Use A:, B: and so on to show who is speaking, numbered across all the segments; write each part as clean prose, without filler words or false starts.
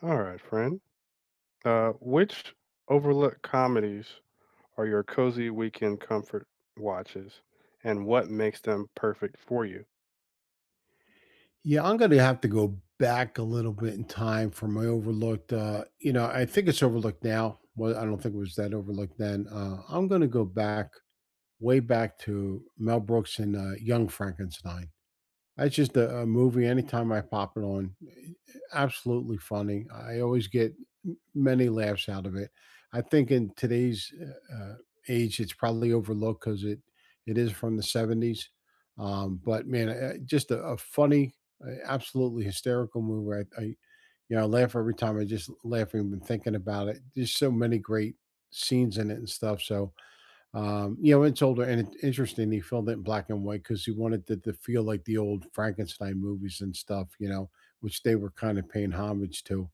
A: All right, friend. Which overlooked comedies are your cozy weekend comfort watches, and what makes them perfect for you?
B: Yeah, I'm gonna have to go back a little bit in time for my overlooked. You know, I think it's overlooked now. Well, I don't think it was that overlooked then. I'm gonna go back way back to Mel Brooks and Young Frankenstein. It's just a movie. Anytime I pop it on, absolutely funny. I always get many laughs out of it. I think in today's age, it's probably overlooked because it is from the seventies. But man, just a funny, absolutely hysterical movie. I you know I laugh every time. I just laugh even thinking about it. There's so many great scenes in it and stuff. So it's older and it's interesting. He filmed it in black and white because he wanted it to feel like the old Frankenstein movies and stuff, which they were kind of paying homage to.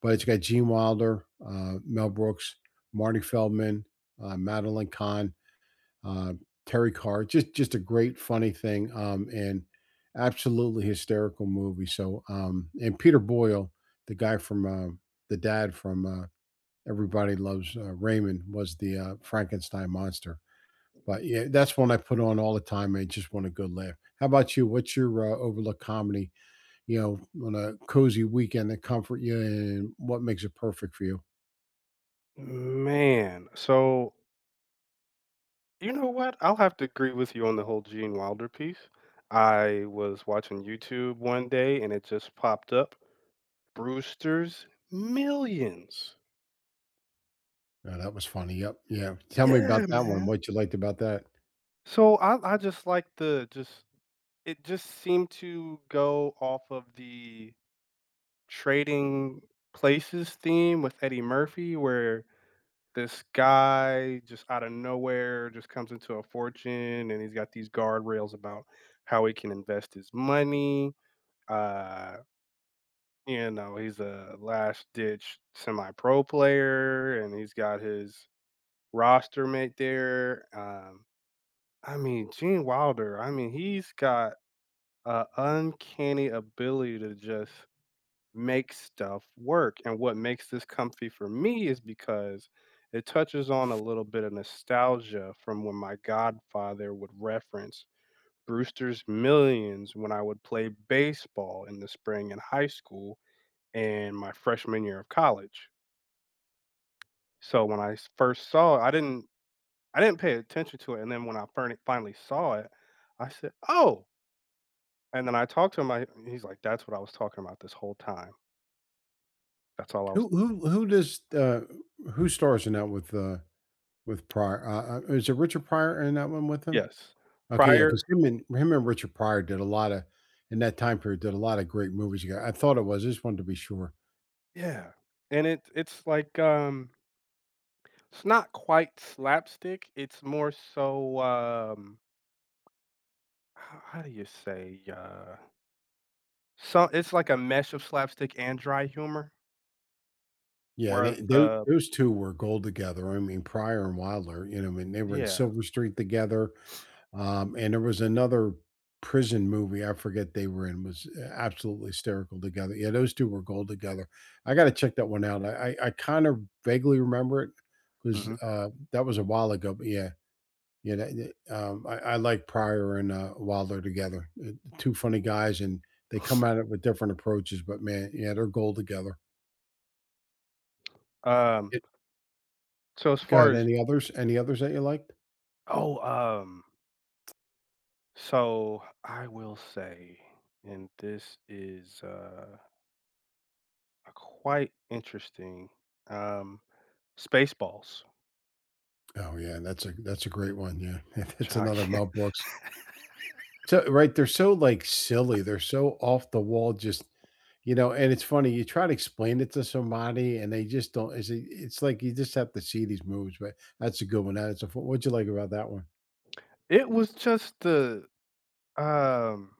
B: But
A: Mm.
B: it's got Gene Wilder, Mel Brooks, Marty Feldman, Madeline Kahn, uh, Terry Carr. Just a great, funny thing, and absolutely hysterical movie. So, and Peter Boyle, the guy from the dad from Everybody Loves Raymond, was the Frankenstein monster. But yeah, that's one I put on all the time. I just want a good laugh. How about you? What's your overlook comedy? You know, on a cozy weekend to comfort you, and what makes it perfect for you?
A: So you know what? I'll have to agree with you on the whole Gene Wilder piece. I was watching YouTube one day and it just popped up Brewster's Millions.
B: That was funny. Yep. Yeah. Tell me about
A: Yeah,
B: that one.
A: man.
B: What you liked about that?
A: So I just like the just it just seemed to go off of the Trading Places theme with Eddie Murphy, where this guy just out of nowhere just comes into a fortune, and he's got these guardrails about how he can invest his money. Uh, you know, he's a last-ditch semi-pro player, and he's got his roster mate there. I mean, Gene Wilder, I mean, he's got an uncanny ability to just make stuff work. And what makes this comfy for me is because it touches on a little bit of nostalgia from when my godfather would reference Brewster's Millions when I would play baseball in the spring in high school and my freshman year of college. So when first saw it, I didn't pay attention to it, and then when I finally saw it, I said, "Oh!" And then I talked to him. He's like, "That's what I was talking about this whole time. That's all I was."
B: Who who who does uh, who stars in that with Pryor? Is it Richard Pryor in that one with him?
A: Yes,
B: Okay, yeah,
A: prior.
B: because him and Richard Pryor did a lot of in that time period did a lot of great movies together. I thought it was. I just wanted to be sure.
A: Yeah, and it's like, it's not quite slapstick, it's more so, ho how do you say, so it's like a mesh of slapstick and dry humor
B: Yeah,
A: where
B: they tho
A: the
B: those 2 were gold together. I mean, Pryor and Wilder, I mean, they were in
A: yeah,
B: Silver Street together, and there was another prison movie, I forget they were in, was absolutely hysterical together. Yeah, those 2 were gold together. I gotta check that one out. I kind of vaguely remember it 'cause,
A: mhm,
B: that was a while ago, but yeah, yeah, that I like Pryor and Wilder together. 2 funny guys, and they come at it with different approaches, but man, yeah, they're gold together.
A: um, so as far
B: Good,
A: as
B: any others that you liked?
A: oh, um, so I will say, and this is, a quite interesting, um, Spaceballs.
B: Oh, yeah, that's a great one, yeah. It's another Mel Brooks. So right, they're so, like, silly, they're so off the wall, just and it's funny, you try to explain it to somebody, and they just don't it's like you just have to see these movies, but that's a good one, that a. a f what'd you like about that one?
A: It was just um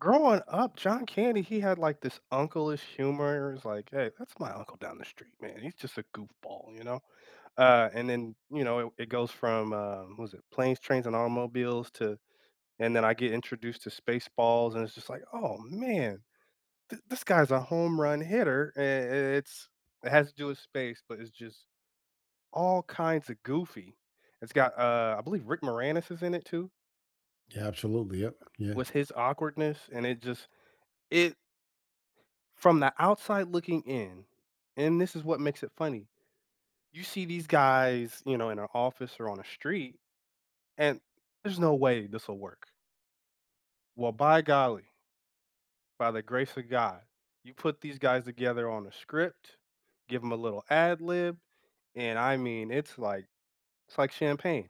A: growing up, John Candy, he had, like, this uncle-ish humor, it's like, "Hey, that's my uncle down the street, man, he's just a goofball," you know? And then, you know, it goes from, what was it? Planes, Trains, and Automobiles to and then I get introduced to Spaceballs, and it's just like, "Oh, man, th this guy's a home run hitter," and it's it has to do with space, but it's just all kinds of goofy. It's got, I believe Rick Moranis is in it too,
B: Yeah, absolutely, yep, yeah.
A: with his awkwardness, and it just it from the outside looking in, and this is what makes it funny, you see these guys, you know, in an office or on a street, and there's no way this will work. Well, by golly, by the grace of God, you put these guys together on a script, give them a little ad lib, and I mean, it's like champagne,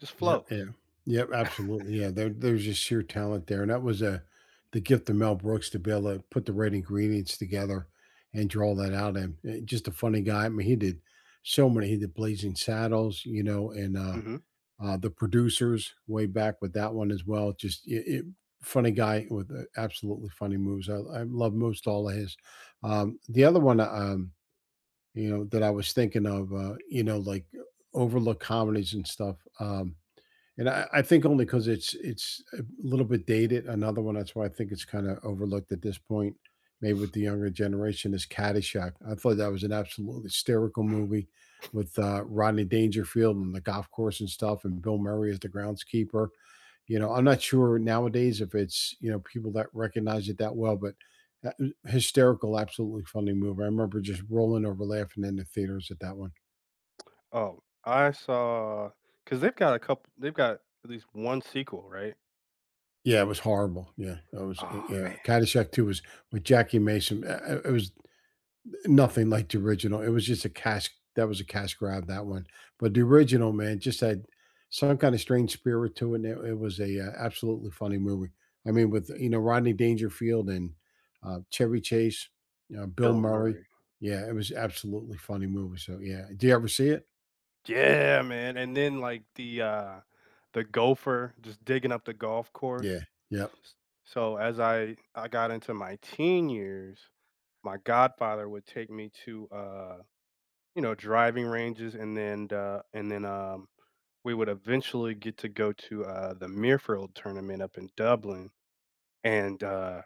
A: just
B: Yep, yeah.
A: flows.
B: Yep, absolutely, yeah, there's just sheer talent there, and that was a the gift of Mel Brooks to be able to put the right ingredients together and draw that out, and, just a funny guy. I mean, he did Blazing Saddles, and,
A: Mhm.
B: The Producers way back with that one as well, just it funny guy with, absolutely funny moves. I love most all of his. The other one, that I was thinking of, like, overlooked comedies and stuff, and I think only because it's a little bit dated. Another one that's why I think it's kind of overlooked at this point, maybe with the younger generation, is Caddyshack. I thought that was an absolutely hysterical movie with Rodney Dangerfield and the golf course and stuff, and Bill Murray as the groundskeeper. I'm not sure nowadays if it's people that recognize it that well, but that was hysterical, absolutely funny movie. I remember just rolling over laughing in the theaters at that one.
A: Oh, I saw because they've got a couple. They've got at least one sequel, right?
B: Yeah, it was horrible. Yeah, it was
A: Oh,
B: yeah,
A: man,
B: Caddyshack 2 was with Jackie Mason, it was nothing like the original. It was just a cash that was a cash grab, that one. But the original, man, just had some kinda strange spirit to it, and it was a, absolutely funny movie. I mean, with, Rodney Dangerfield and Chevy Chase, Bill
A: Bill
B: Murray.
A: Murray.
B: Yeah, it was absolutely funny movie, so, yeah. Do you ever see it?
A: Yeah, man, and then, like, the gopher just digging up the golf course.
B: Yeah. Yep.
A: S So as I got into my teen years, my godfather would take me to, you know, driving ranges and then, we would eventually get to go to, the Muirfield tournament up in Dublin, and,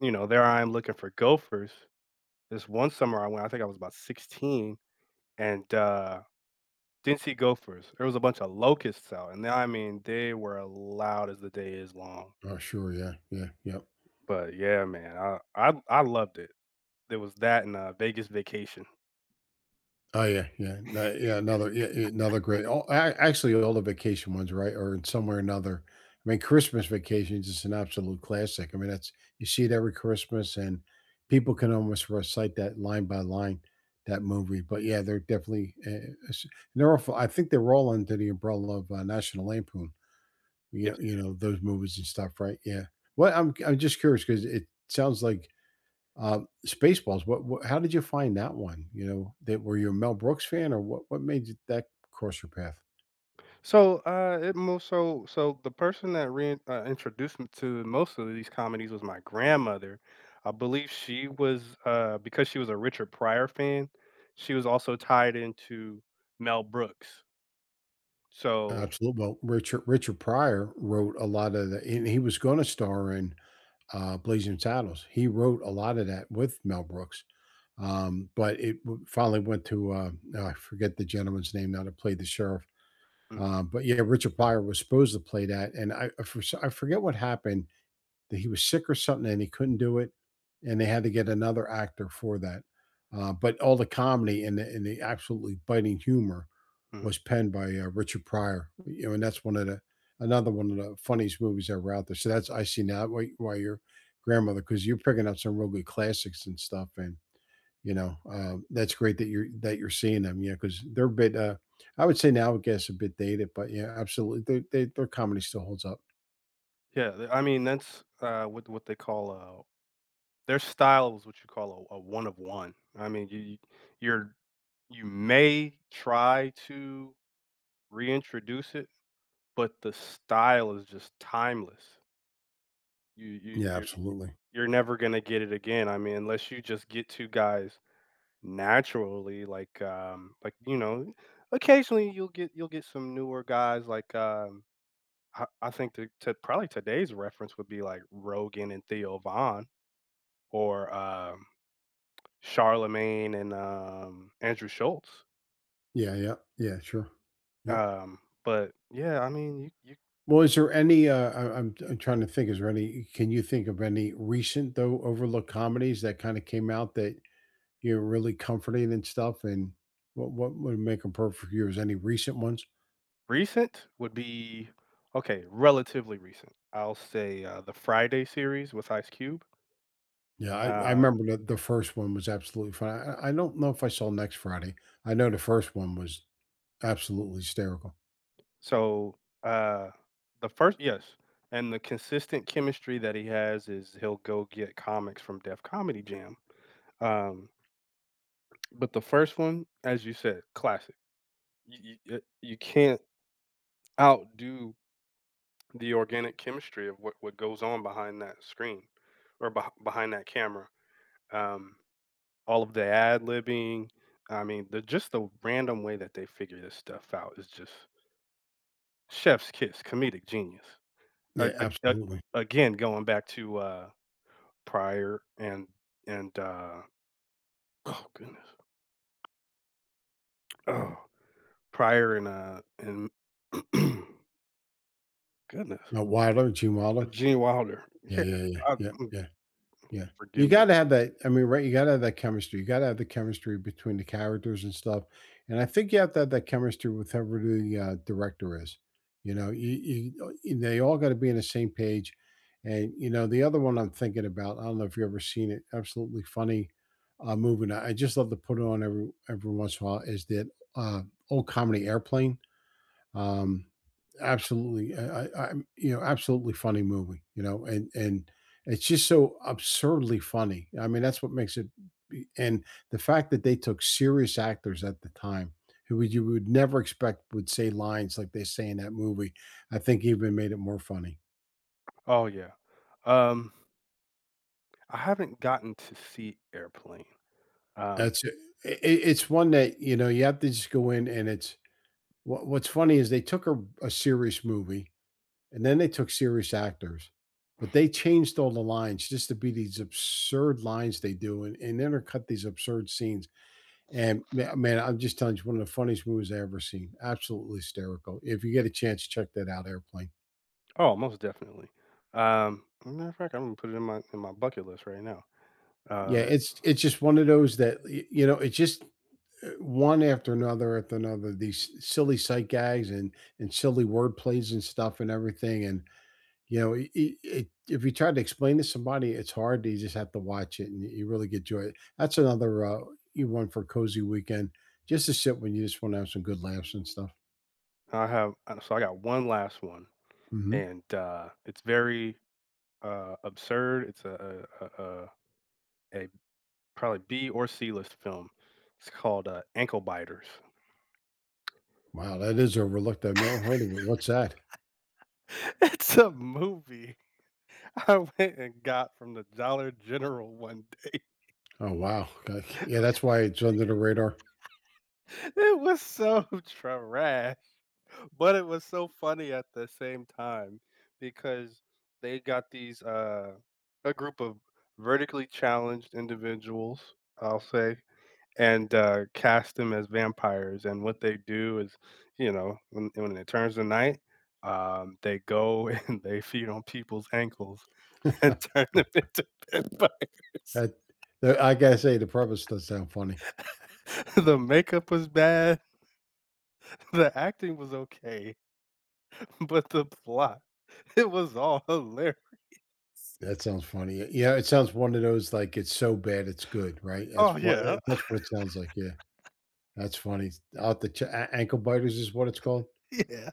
A: you know, there I am looking for gophers. This one summer I went, I think I was about 16, and, uh didn't see gophers, there was a bunch of locusts out, and they- I mean, they were loud as the day is long.
B: Oh, sure, yeah, yeah, yep.
A: But yeah, man, I loved it. There was that and, Vegas Vacation.
B: Oh, yeah, yeah, no yeah, another yeah, yeah, another great all a actually, all the vacation ones, right, or in somewhere or another. I mean, Christmas Vacation is just an absolute classic. I mean, that's you see it every Christmas, and people
A: Mhm.
B: can almost recite that line by line, that movie, but, yeah, they're definitely, it's they're all I think they're all under the umbrella of, National Lampoon,
A: Yes.
B: those movies and stuff, right? Yeah. Well, I'm just curious because it sounds like Spaceballs. What, what? How did you find that one? That were you a Mel Brooks fan, or what? What made you, that cross your path?
A: So, it most so so the person that rein introduced me to most of these comedies was my grandmother. I believe she was, because she was a Richard Pryor fan, she was also tied into Mel Brooks. So
B: Absolutely. Well, Richard Pryor wrote a lot of the, and he was going to star in Blazing Saddles. He wrote a lot of that with Mel Brooks, but finally went to oh, I forget the gentleman's name now that played the sheriff.
A: mm,
B: But yeah, Richard Pryor was supposed to play that, and I forget what happened, that he was sick or something and he couldn't do it, and they had to get another actor for that. But all the comedy and the absolutely biting humor
A: mhm.
B: was penned by Richard Pryor. And that's one of the another one of the funniest movies that were out there. So that's I see now why your grandmother, because you're picking up some real good classics and stuff, and that's great that you're seeing them. Yeah, because they're a bit. I would say now I guess a bit dated, but yeah, absolutely. Their comedy still holds up.
A: Yeah, th I mean, that's, what they call, their style is what you call a one of one. I mean, you you're you may try to reintroduce it, but the style is just timeless. You you
B: Yeah,
A: you're
B: absolutely.
A: you're never gonna get it again. I mean, unless you just get 2 guys naturally, like, you know, occasionally you'll get some newer guys like, I think to probably today's reference would be like Rogan and Theo Von, or Charlemagne and Andrew Schultz.
B: Yeah, yeah, yeah, sure. Yep.
A: Um, but yeah, I mean, you
B: Well, is there any, I'm trying to think, is there any, can you think of any recent, though, overlooked comedies that kind of came out that you're really comforting and stuff? And what would make them perfect for you? Is any recent ones?
A: recent would be okay, relatively recent. I'll say the Friday series with Ice Cube.
B: Yeah, I
A: Um,
B: remember the first one was absolutely fun. I don't know if I saw Next Friday. I know the first one was absolutely hysterical.
A: so uh, the first, yes, and the consistent chemistry that he has is he'll go get comics from Def Comedy Jam. Um, but the first one, as you said, classic. You can't outdo the organic chemistry of what goes on behind that screen or behind that camera. Um, all of the ad-libbing, I mean, the just the random way that they figure this stuff out is just chef's kiss, comedic genius.
B: Yeah,
A: A
B: absolutely.
A: Again, going back to, Pryor and and, uh oh, goodness. Oh, Pryor and, goodness,
B: Wilder, Gene Wilder.
A: Gene Wilder.
B: Yeah,
A: Yeah,
B: yeah, yeah,
A: uh,
B: yeah,
A: mm,
B: yeah. Yeah.
A: forgive
B: You
A: me.
B: gotta have that I mean, right, you gotta have that chemistry. You gotta have the chemistry between the characters and stuff, and I think you have to have that chemistry with whoever the, director is. You you they all gotta be on the same page, and, the other one I'm thinking about, I don't know if you've ever seen it, absolutely funny, movie, and I just love to put it on every once in a while, is that, old comedy Airplane. Um, absolutely, I I'm you know, absolutely funny movie, and it's just so absurdly funny. I mean, that's what makes it be, and the fact that they took serious actors at the time who would you would never expect would say lines like they say in that movie, I think even made it more funny.
A: Oh, yeah. Um I haven't gotten to see Airplane. Um,
B: That's it It's one that, you have to just go in, and it's what what's funny is they took a serious movie, and then they took serious actors, but they changed all the lines just to be these absurd lines they do, and intercut these absurd scenes. And man, I'm just telling you, it's one of the funniest movies I ever seen. Absolutely hysterical. If you get a chance, check that out. Airplane.
A: oh, most definitely. As a matter of fact, I'm gonna put it in my bucket list right now.
B: Yeah,
A: Um,
B: it's just one of those that it's just one after another after another. These silly sight gags and silly word plays and stuff and everything, and if you try to explain to somebody, it's hard. You just have to watch it, and you really get joy. That's another you one for cozy weekend, just to sit when you just want to have some good laughs and stuff.
A: I have so I got one last one,
B: Hmm.
A: and it's very absurd. It's a probably B or C list film. It's called Ankle Biters.
B: Wow, that is overlooked. I've never heard of it. What's that?
A: It's a movie I went and got from the Dollar General one day.
B: Oh wow. Okay, yeah, that's why it's under the radar.
A: It was so trash. But it was so funny at the same time because they got these, a group of vertically challenged individuals, I'll say, and, cast them as vampires, and what they do is, you know, when it turns to night, they go and they feed on people's ankles and turn them into vampires.
B: That, I gotta say, the premise does sound funny.
A: The makeup was bad, the acting was okay, but the plot, it was all hilarious.
B: That sounds funny. Yeah, it sounds one of those, like, it's so bad it's good, right? That's
A: Oh,
B: what
A: yeah.
B: that's what it sounds like, yeah. That's funny. Out the have A Ankle Biters is what it's called?
A: Yeah.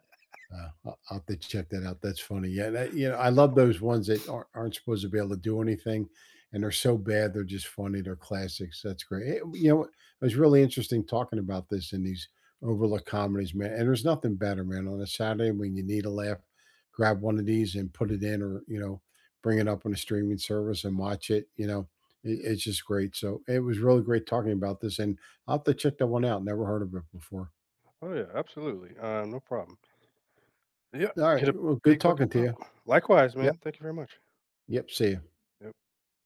B: I'll have to check that out. That's funny. Yeah, that, I love those ones that aren't supposed to be able to do anything, and they're so bad they're just funny. They're classics. That's great. You know what? It was really interesting talking about this and these overlooked comedies, man. And there's nothing better, man, on a Saturday when you need a laugh, grab one of these and put it in, or bring it up on a streaming service and watch it. It's just great. So it was really great talking about this, and I'll have to check that one out. Never heard of it before.
A: Oh, yeah, absolutely, no problem. Yeah,
B: All
A: get a
B: right. Well,
A: big
B: good
A: bucket
B: talking
A: of
B: to you.
A: popcorn. Likewise,
B: Yep.
A: man, thank you very much.
B: Yep. See you.
A: Yep.